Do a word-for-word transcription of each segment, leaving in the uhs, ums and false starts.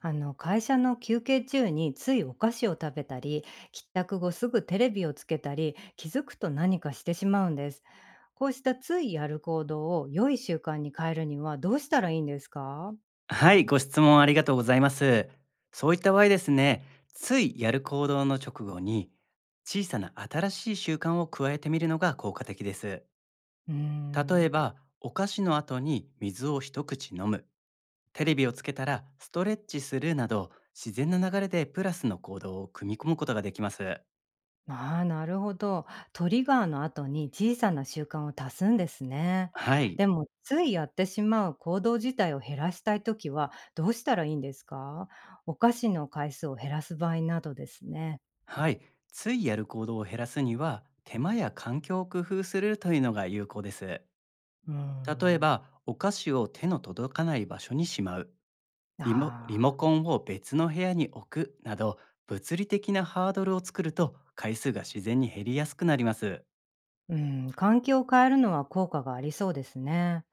あの会社の休憩中についお菓子を食べたり、帰宅後すぐテレビをつけたり、気づくと何かしてしまうんです。こうしたついやる行動を良い習慣に変えるにはどうしたらいいんですか？はい、ご質問ありがとうございます。そういった場合ですね、ついやる行動の直後に、小さな新しい習慣を加えてみるのが効果的です。うー例えんば、お菓子の後に水を一口飲む、テレビをつけたらストレッチするなど、自然な流れでプラスの行動を組み込むことができます。ああー、なるほど。トリガーの後に小さな習慣を足すんですね。はい、でもついやってしまう行動自体を減らしたいときはどうしたらいいんですか？お菓子の回数を減らす場合などですね。はい、ついやる行動を減らすには、手間や環境を工夫するというのが有効です。うー例えんば、お菓子を手の届かない場所にしまう。リモリあモあー。コンを別の部屋に置くなど物理的なハードルを作ると回数が自然に減りやすくなります。うん、環境を変えるのは効果がありそうですね。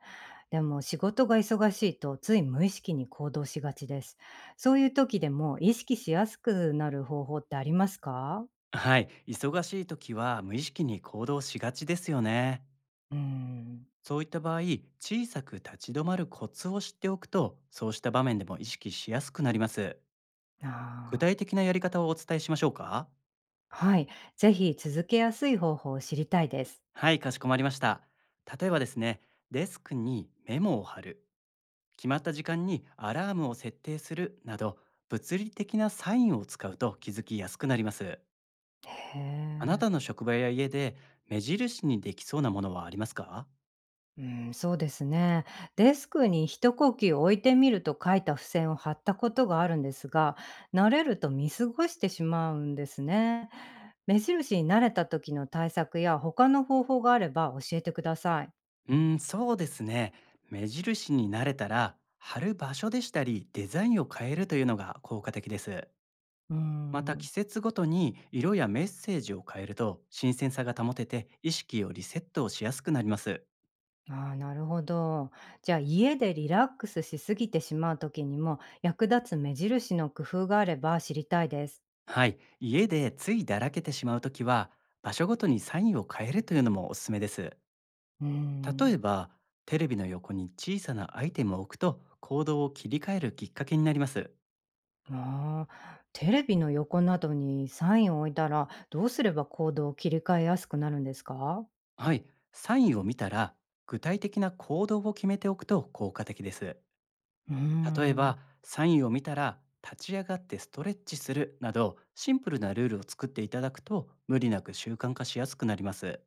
でも仕事が忙しいとつい無意識に行動しがちです。そういう時でも意識しやすくなる方法ってありますか？はい、忙しい時は無意識に行動しがちですよね。うん。そういった場合、小さく立ち止まるコツを知っておくと、そうした場面でも意識しやすくなります。あ具体あ。的なやり方をお伝えしましょうか？はい。ぜひ続けやすい方法を知りたいです。はい、かしこまりました。例えばですね、デスクにメモを貼る、決まった時間にアラームを設定するなど、物理的なサインを使うと気づきやすくなります。へあなえ。たの職場や家で目印にできそうなものはありますか？うーん、そうですね。デスクに一呼吸置いてみると書いた付箋を貼ったことがあるんですが、慣れると見過ごしてしまうんですね。目印に慣れた時の対策や他の方法があれば教えてください。うーん、そうですね。目印になれたら貼る場所でしたりデザインを変えるというのが効果的です。うーまた季ん、節ごとに色やメッセージを変えると新鮮さが保てて意識をリセットをしやすくなります。ああ、なるほど。じゃあ家でリラックスしすぎてしまう時にも役立つ目印の工夫があれば知りたいです。はい、家でついだらけてしまうときは、場所ごとにサインを変えるというのもおすすめです。うー例ん。えば、テレビの横に小さなアイテムを置くと、行動を切り替えるきっかけになります。ああ、テレビの横などにサインを置いたら、どうすれば行動を切り替えやすくなるんですか？はい、サインを見たら、具体的な行動を決めておくと効果的です。うー例えん。ば、サインを見たら、立ち上がってストレッチするなど、シンプルなルールを作っていただくと、無理なく習慣化しやすくなります。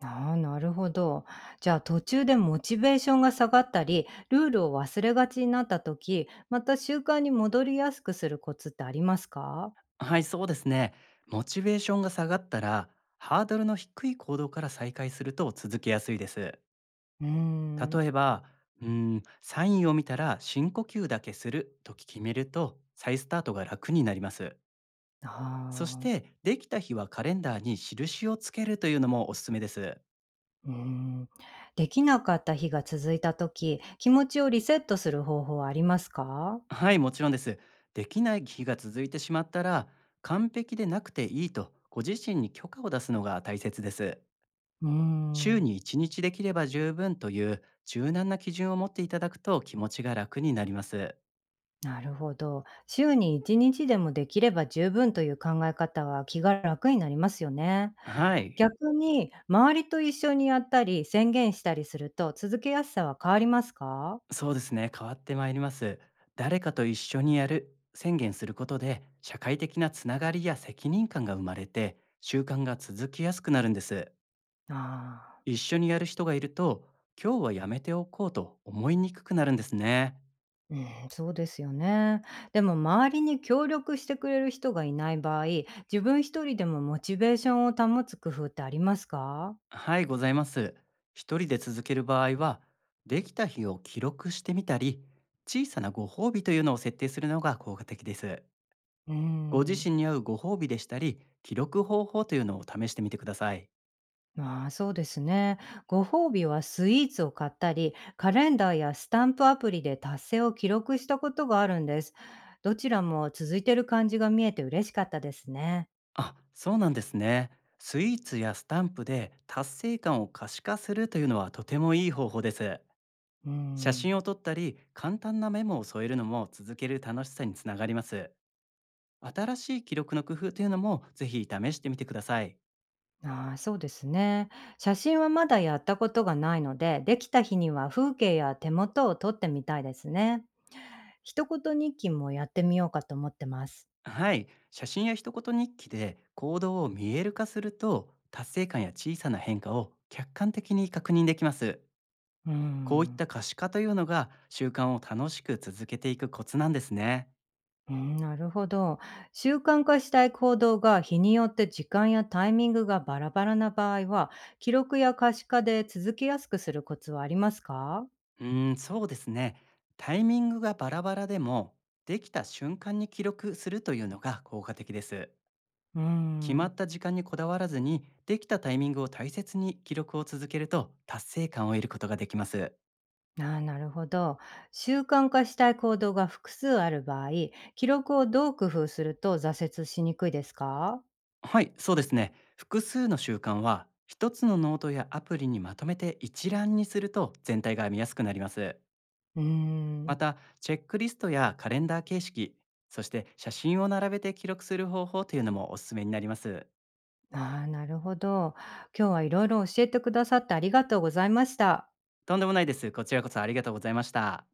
ああ、なるほど。じゃあ途中でモチベーションが下がったり、ルールを忘れがちになった時、また習慣に戻りやすくするコツってありますか？はい、そうですね。モチベーションが下がったら、ハードルの低い行動から再開すると続けやすいです。うーん。例えば、うーん、サインを見たら深呼吸だけすると決めると、再スタートが楽になります。あそしあ、て、できた日はカレンダーに印をつけるというのもおすすめです。うーん。できなかった日が続いた時、気持ちをリセットする方法はありますか？はい、もちろんです。できない日が続いてしまったら、完璧でなくていいと、ご自身に許可を出すのが大切です。うー週ん。にいちにちできれば十分という柔軟な基準を持っていただくと気持ちが楽になります。なるほど。週にいちにちでもできれば十分という考え方は気が楽になりますよね。はい、逆に周りと一緒にやったり宣言したりすると続けやすさは変わりますか？そうですね、変わってまいります。誰かと一緒にやる、宣言することで社会的なつながりや責任感が生まれて習慣が続きやすくなるんです。ああ、一緒にやる人がいると今日はやめておこうと思いにくくなるんですね。うん、そうですよね。でも周りに協力してくれる人がいない場合、自分一人でもモチベーションを保つ工夫ってありますか？はい、ございます。一人で続ける場合は、できた日を記録してみたり、小さなご褒美というのを設定するのが効果的です。うご自ん、身に合うご褒美でしたり、記録方法というのを試してみてください。まあそうですね。ご褒美はスイーツを買ったり、カレンダーやスタンプアプリで達成を記録したことがあるんです。どちらも続いてる感じが見えて嬉しかったですね。あ、そうなんですね。スイーツやスタンプで達成感を可視化するというのはとてもいい方法です。う写ん。真を撮ったり、簡単なメモを添えるのも続ける楽しさにつながります。新しい記録の工夫というのもぜひ試してみてください。ああ、そうですね。写真はまだやったことがないので、できた日には風景や手元を撮ってみたいですね。一言日記もやってみようかと思ってます。はい、写真や一言日記で行動を見える化すると達成感や小さな変化を客観的に確認できます。うこういっん。た可視化というのが習慣を楽しく続けていくコツなんですね。うん、なるほど。習慣化したい行動が日によって時間やタイミングがバラバラな場合は、記録や可視化で続けやすくするコツはありますか？うーん、そうですね。タイミングがバラバラでもできた瞬間に記録するというのが効果的です。うー決まん。った時間にこだわらずにできたタイミングを大切に記録を続けると達成感を得ることができます。ああ、なるほど。習慣化したい行動が複数ある場合、記録をどう工夫すると挫折しにくいですか？はい、そうですね。複数の習慣は、一つのノートやアプリにまとめて一覧にすると全体が見やすくなります。うーまん。た、チェックリストやカレンダー形式、そして写真を並べて記録する方法というのもおすすめになります。ああ、なるほど。今日はいろいろ教えてくださってありがとうございました。とんでもないです。こちらこそありがとうございました。